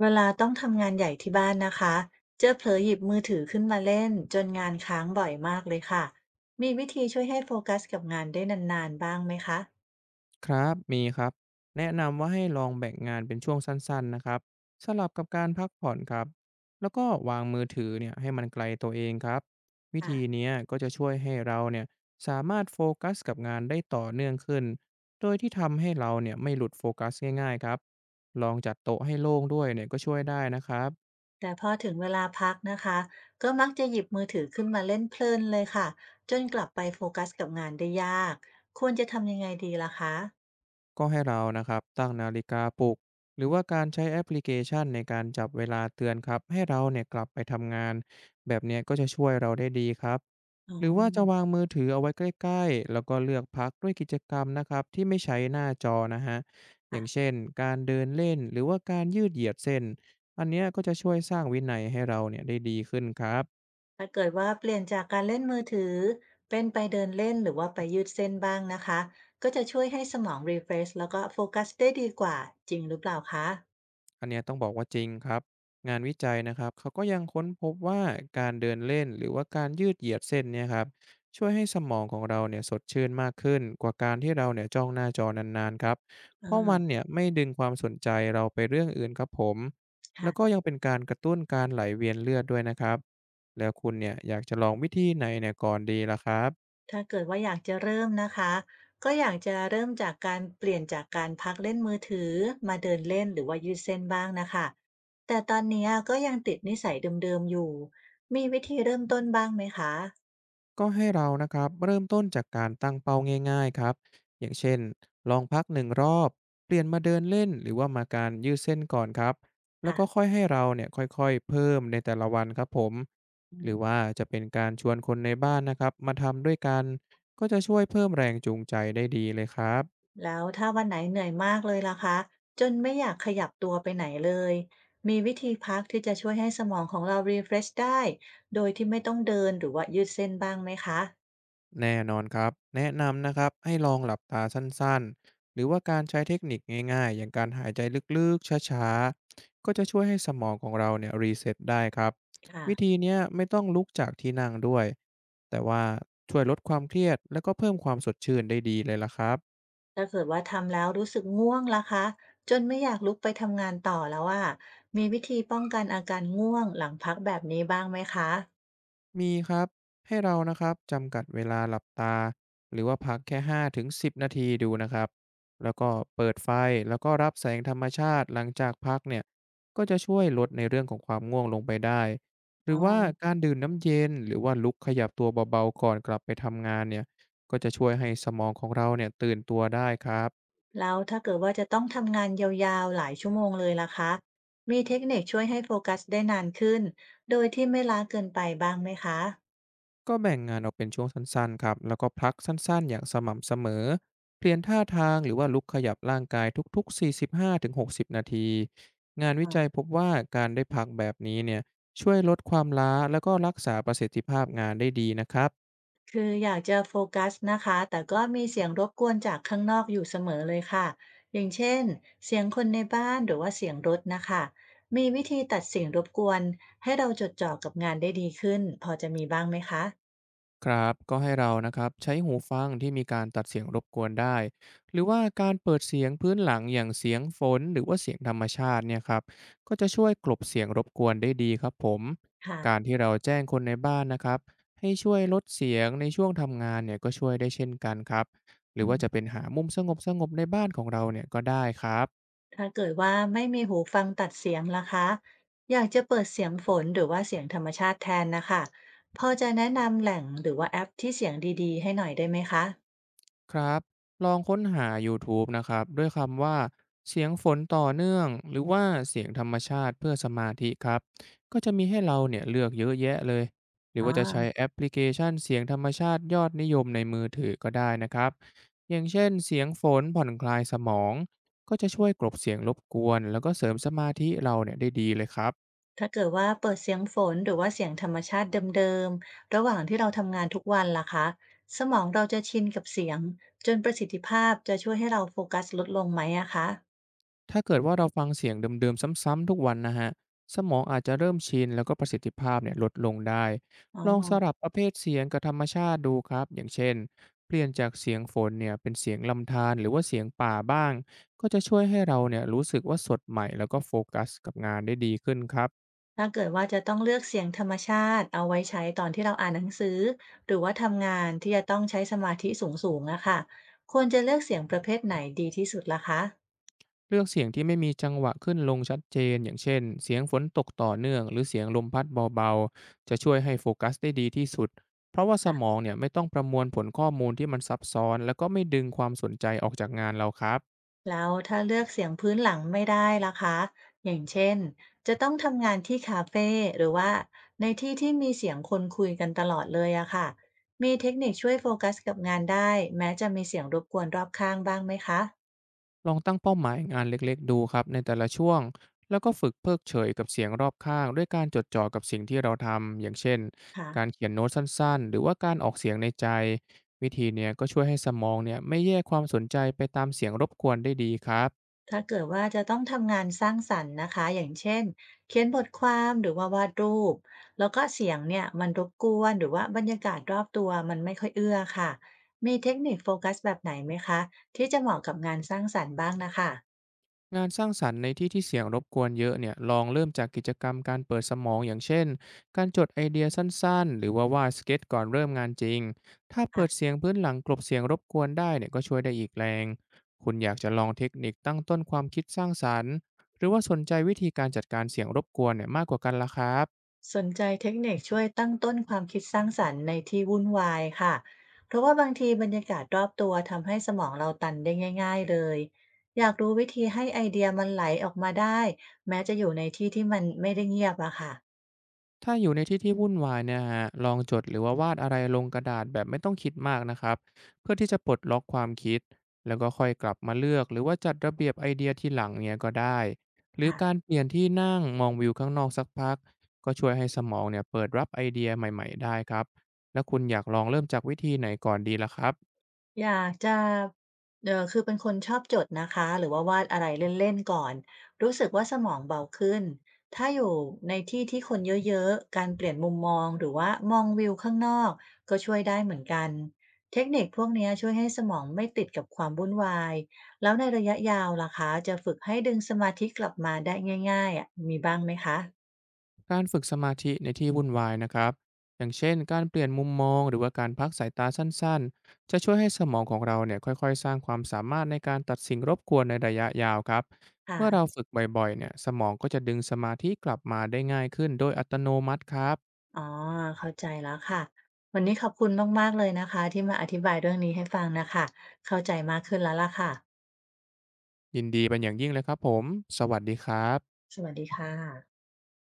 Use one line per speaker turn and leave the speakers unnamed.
เวลาต้องทำงานใหญ่ที่บ้านนะคะ เจ้าเผลอหยิบมือถือขึ้นมาเล่นจนงานค้างบ่อยมากเลยค่ะ มีวิธีช่วยให้โฟกัสกับงานได้นานๆ บ้างไหมคะ
ครับมีครับแนะนำว่าให้ลองแบ่งงานเป็นช่วงสั้นๆนะครับสลับกับการพักผ่อนครับแล้วก็วางมือถือเนี่ยให้มันไกลตัวเองครับวิ
อ่ะ
ธีเนี้ยก็จะช่วยให้เราเนี่ยสามารถโฟกัสกับงานได้ต่อเนื่องขึ้น โดยที่ทำให้เราเนี่ยไม่หลุดโฟกัสง่ายๆครับลองจัดโต๊ะให้โล่งด้วยเนี่ยก็ช่วยได้นะครับ
แต่พอถึงเวลาพักนะคะก็มักจะหยิบมือถือขึ้นมาเล่นเพลินเลยค่ะ จนกลับไปโฟกัสกับงานได้ยาก ควรจะทำยังไงดีล่ะคะ
ก็ให้เรานะครับตั้งนาฬิกาปลุกหรือว่าการใช้แอปพลิเคชันในการจับเวลาเตือนครับให้เราเนี่ยกลับไปทำงานแบบเนี้ยก็จะช่วยเราได้ดีครับ
อ๋อ
หรือว่าจะวางมือถือเอาไว้ใกล้ๆแล้วก็เลือกพักด้วยกิจกรรมนะครับที่ไม่ใช้หน้าจอนะฮะอย่างเช่นการเดินเล่นหรือว่าการยืดเหยียดเส้นอันเนี้ยก็จะช่วยสร้างวินัยให้เราเนี่ยได้ดีขึ้นครับ
ถ้าเกิดว่าเปลี่ยนจากการเล่นมือถือเป็นไปเดินเล่นหรือว่าไปยืดเส้นบ้างนะคะก็จะช่วยให้สมองรีเฟรชแล้วก็โฟกัสได้ดีกว่าจริงหรือเปล่าคะ
อันเนี้ยต้องบอกว่าจริงครับงานวิจัยนะครับเขาก็ยังค้นพบว่าการเดินเล่นหรือว่าการยืดเหยียดเส้นเนี่ยครับช่วยให้สมองของเราเนี่ยสดชื่นมากขึ้นกว่าการที่เราเนี่ยจ้องหน้าจอนานๆครับเพราะมัน
อา
เนี่ยไม่ดึงความสนใจเราไปเรื่องอื่นครับผมแล้วก็
ค่ะ
ยังเป็นการกระตุ้นการไหลเวียนเลือดด้วยนะครับแล้วคุณเนี่ยอยากจะลองวิธีไหนเนี่ยก่อนดีล่ะครับ
ถ้าเกิดว่าอยากจะเริ่มนะคะก็อยากจะเริ่มจากการเปลี่ยนจากการพักเล่นมือถือมาเดินเล่นหรือว่ายืดเส้นบ้างนะคะแต่ตอนนี้ก็ยังติดนิสัยเดิมๆอยู่มีวิธีเริ่มต้นบ้างไหมคะ
ก็ให้เรานะครับเริ่มต้นจากการตั้งเป้าง่ายๆครับอย่างเช่นลองพัก1 รอบเปลี่ยนมาเดินเล่นหรือว่ามาการยืดเส้นก่อนครับแล้ว
ค่ะ
ก็ค่อยให้เราเนี่ยค่อยๆเพิ่มในแต่ละวันครับผมหรือว่าจะเป็นการชวนคนในบ้านนะครับมาทำด้วยกันก็จะช่วยเพิ่มแรงจูงใจได้ดีเลยครับ
แล้วถ้าวันไหนเหนื่อยมากเลยล่ะคะจนไม่อยากขยับตัวไปไหนเลยมีวิธีพักที่จะช่วยให้สมองของเรา refresh ได้โดยที่ไม่ต้องเดินหรือว่ายืดเส้นบ้างไหมคะ
แน่นอนครับ แนะนำนะครับให้ลองหลับตาสั้นๆ หรือว่าการใช้เทคนิคง่ายๆ อย่างการหายใจลึกๆ ช้าๆ ก็จะช่วยให้สมองของเราเนี่ยรีเซ็ตได้ครับ วิ
ค่ะ
ธีเนี้ยไม่ต้องลุกจากที่นั่งด้วย แต่ว่าช่วยลดความเครียดและก็เพิ่มความสดชื่นได้ดีเลยล่ะครับ
ถ้าเกิดว่าทำแล้วรู้สึกง่วงล่ะคะจนไม่อยากลุกไปทำงานต่อแล้วอะมีวิธีป้องกันอาการง่วงหลังพักแบบนี้บ้างไหมคะ
มีครับให้เรานะครับจำกัดเวลาหลับตาหรือว่าพักแค่5-10นาทีดูนะครับแล้วก็เปิดไฟแล้วก็รับแสงธรรมชาติหลังจากพักเนี่ยก็จะช่วยลดในเรื่องของความง่วงลงไปได้ห
อ๋
รื
อ
อว่าการดื่มน้ำเย็นหรือว่าลุกขยับตัวเบาๆก่อนกลับไปทำงานเนี่ยก็จะช่วยให้สมองของเราเนี่ยตื่นตัวได้ครับ
แล้วถ้าเกิดว่าจะต้องทำงานยาวๆหลายชั่วโมงเลยล่ะคะมีเทคนิคช่วยให้โฟกัสได้นานขึ้นโดยที่ไม่ล้าเกินไปบ้างไหมคะ
ก็แบ่งงานออกเป็นช่วงสั้นๆครับแล้วก็พักสั้นๆอย่างสม่ำเสมอเปลี่ยนท่าทางหรือว่าลุกขยับร่างกายทุกๆ45-60นาทีงานวิ
อ่า
จัยพบว่าการได้พักแบบนี้เนี่ยช่วยลดความล้าแล้วก็รักษาประสิทธิภาพงานได้ดีนะครับ
คืออยากจะโฟกัสนะคะแต่ก็มีเสียงรบกวนจากข้างนอกอยู่เสมอเลยค่ะอย่างเช่นเสียงคนในบ้านหรือว่าเสียงรถนะคะมีวิธีตัดเสียงรบกวนให้เราจดจ่อกับงานได้ดีขึ้นพอจะมีบ้างไหมคะ
ครับก็ให้เรานะครับใช้หูฟังที่มีการตัดเสียงรบกวนได้หรือว่าการเปิดเสียงพื้นหลังอย่างเสียงฝนหรือว่าเสียงธรรมชาติเนี่ยครับก็จะช่วยกลบเสียงรบกวนได้ดีครับผมการ
ค่ะ
ที่เราแจ้งคนในบ้านนะครับให้ช่วยลดเสียงในช่วงทำงานเนี่ยก็ช่วยได้เช่นกันครับหรือ
อื
ว่าจะเป็
ม
นหามุมสงบสงบในบ้านของเราเนี่ยก็ได้ครับ
ถ้าเกิดว่าไม่มีหูฟังตัดเสียงล่ะคะ อยากจะเปิดเสียงฝนหรือว่าเสียงธรรมชาติแทนนะคะ พอจะแนะนำแหล่งหรือว่าแอปที่เสียงดีๆให้หน่อยได้ไหมคะ
ครับลองค้นหา YouTube นะครับด้วยคำว่าเสียงฝนต่อเนื่องหรือว่าเสียงธรรมชาติเพื่อสมาธิครับก็จะมีให้เราเนี่ยเลือกเยอะแยะเลยหรือ
อ๋อ
ว่าจะใช้แอปพลิเคชันเสียงธรรมชาติยอดนิยมในมือถือก็ได้นะครับอย่างเช่นเสียงฝนผ่อนคลายสมองก็จะช่วยกลบเสียงรบกวนแล้วก็เสริมสมาธิเราเนี่ยได้ดีเลยครับ
ถ้าเกิดว่าเปิดเสียงฝนหรือว่าเสียงธรรมชาติเดิมๆ ระหว่างที่เราทำงานทุกวันล่ะคะ สมองเราจะชินกับเสียงจนประสิทธิภาพจะช่วยให้เราโฟกัสลดลงไหมอะคะ
ถ้าเกิดว่าเราฟังเสียงเดิมๆซ้ำๆทุกวันนะฮะสมองอาจจะเริ่มชินแล้วก็ประสิทธิภาพเนี่ยลดลงได้
อ๋อ
ลองสลับประเภทเสียงกับธรรมชาติดูครับอย่างเช่นเปลี่ยนจากเสียงฝนเนี่ยเป็นเสียงลำธารหรือว่าเสียงป่าบ้างก็จะช่วยให้เราเนี่ยรู้สึกว่าสดใหม่แล้วก็โฟกัสกับงานได้ดีขึ้นครับ
ถ้าเกิดว่าจะต้องเลือกเสียงธรรมชาติเอาไว้ใช้ตอนที่เราอ่านหนังสือหรือว่าทำงานที่จะต้องใช้สมาธิสูงๆอะค่ะควรจะเลือกเสียงประเภทไหนดีที่สุดล่ะคะ
เลือกเสียงที่ไม่มีจังหวะขึ้นลงชัดเจนอย่างเช่นเสียงฝนตกต่อเนื่องหรือเสียงลมพัดเบาๆ จะช่วยให้โฟกัสได้ดีที่สุดเพราะว่าสมองเนี่ยไม่ต้องประมวลผลข้อมูลที่มันซับซ้อนแล้วก็ไม่ดึงความสนใจออกจากงานเราครับ
แล้วถ้าเลือกเสียงพื้นหลังไม่ได้ล่ะคะอย่างเช่นจะต้องทำงานที่คาเฟ่หรือว่าในที่ที่มีเสียงคนคุยกันตลอดเลยอะค่ะมีเทคนิคช่วยโฟกัสกับงานได้แม้จะมีเสียงรบกวนรอบข้างบ้างไหมคะ
ลองตั้งเป้าหมายงานเล็กๆดูครับในแต่ละช่วงแล้วก็ฝึกเพิกเฉยกับเสียงรอบข้างด้วยการจดจ่อกับสิ่งที่เราทำอย่างเช่น
ค่ะ
การเขียนโน้ตสั้นๆหรือว่าการออกเสียงในใจวิธีเนี้ยก็ช่วยให้สมองเนี่ยไม่แยกความสนใจไปตามเสียงรบกวนได้ดีครับ
ถ้าเกิดว่าจะต้องทำงานสร้างสรรค์นะคะอย่างเช่นเขียนบทความหรือว่าวาดรูปแล้วก็เสียงเนี่ยมันรบกวนหรือว่าบรรยากาศรอบตัวมันไม่ค่อยเอื้อค่ะมีเทคนิคโฟกัสแบบไหนไหมคะที่จะเหมาะกับงานสร้างสรรค์บ้างนะคะ
งานสร้างสรรค์ในที่ที่เสียงรบกวนเยอะเนี่ยลองเริ่มจากกิจกรรมการเปิดสมองอย่างเช่นการจดไอเดียสั้นๆหรือว่าวาดสเก็ตก่อนเริ่มงานจริงถ้าเปิด
อ่ะ
เสียงพื้นหลังกลบเสียงรบกวนได้เนี่ยก็ช่วยได้อีกแรงคุณอยากจะลองเทคนิคตั้งต้นความคิดสร้างสรรค์หรือว่าสนใจวิธีการจัดการเสียงรบกวนเนี่ยมากกว่ากันล่ะครับ
สนใจเทคนิคช่วยตั้งต้นความคิดสร้างสรรค์ในที่วุ่นวายค่ะเพราะว่าบางทีบรรยากาศรอบตัวทำให้สมองเราตันได้ง่ายๆเลยอยากรู้วิธีให้ไอเดียมันไหลออกมาได้แม้จะอยู่ในที่ที่มันไม่ได้เงียบอะค่ะ
ถ้าอยู่ในที่ที่วุ่นวายเนี่ยฮะลองจดหรือว่าวาดอะไรลงกระดาษแบบไม่ต้องคิดมากนะครับเพื่อที่จะปลดล็อกความคิดแล้วก็ค่อยกลับมาเลือกหรือว่าจัดระเบียบไอเดียที่หลังเนี่ยก็ได้หรือการ
ค่ะ
เปลี่ยนที่นั่งมองวิวข้างนอกสักพักก็ช่วยให้สมองเนี่ยเปิดรับไอเดียใหม่ๆได้ครับแล้วคุณอยากลองเริ่มจากวิธีไหนก่อนดีล่ะครับ
อยากจะคือเป็นคนชอบจดนะคะหรือว่าวาดอะไรเล่นๆก่อนรู้สึกว่าสมองเบาขึ้นถ้าอยู่ในที่ที่คนเยอะๆการเปลี่ยนมุมมองหรือว่ามองวิวข้างนอกก็ช่วยได้เหมือนกันเทคนิคพวกเนี้ยช่วยให้สมองไม่ติดกับความวุ่นวายแล้วในระยะยาวล่ะคะจะฝึกให้ดึงสมาธิกลับมาได้ง่ายๆอะมีบ้างไหมคะ
การฝึกสมาธิในที่วุ่นวายนะครับอย่างเช่นการเปลี่ยนมุมมองหรือว่าการพักสายตาสั้นๆจะช่วยให้สมองของเราเนี่ยค่อยๆสร้างความสามารถในการตัดสิ่งรบกวนในระยะยาวครับเมื่อเรา
ค่ะ
ฝึกบ่อยๆเนี่ยสมองก็จะดึงสมาธิกลับมาได้ง่ายขึ้นโดยอัตโนมัติครับ
อ๋อ เข้าใจแล้วค่ะวันนี้ขอบคุณมากๆเลยนะคะที่มาอธิบายเรื่องนี้ให้ฟังนะคะเข้าใจมากขึ้นแล้วล่ะค่ะ
ยินดีเป็นอย่างยิ่งเลยครับผมสวัสดีครับ
สวัสดีค่ะ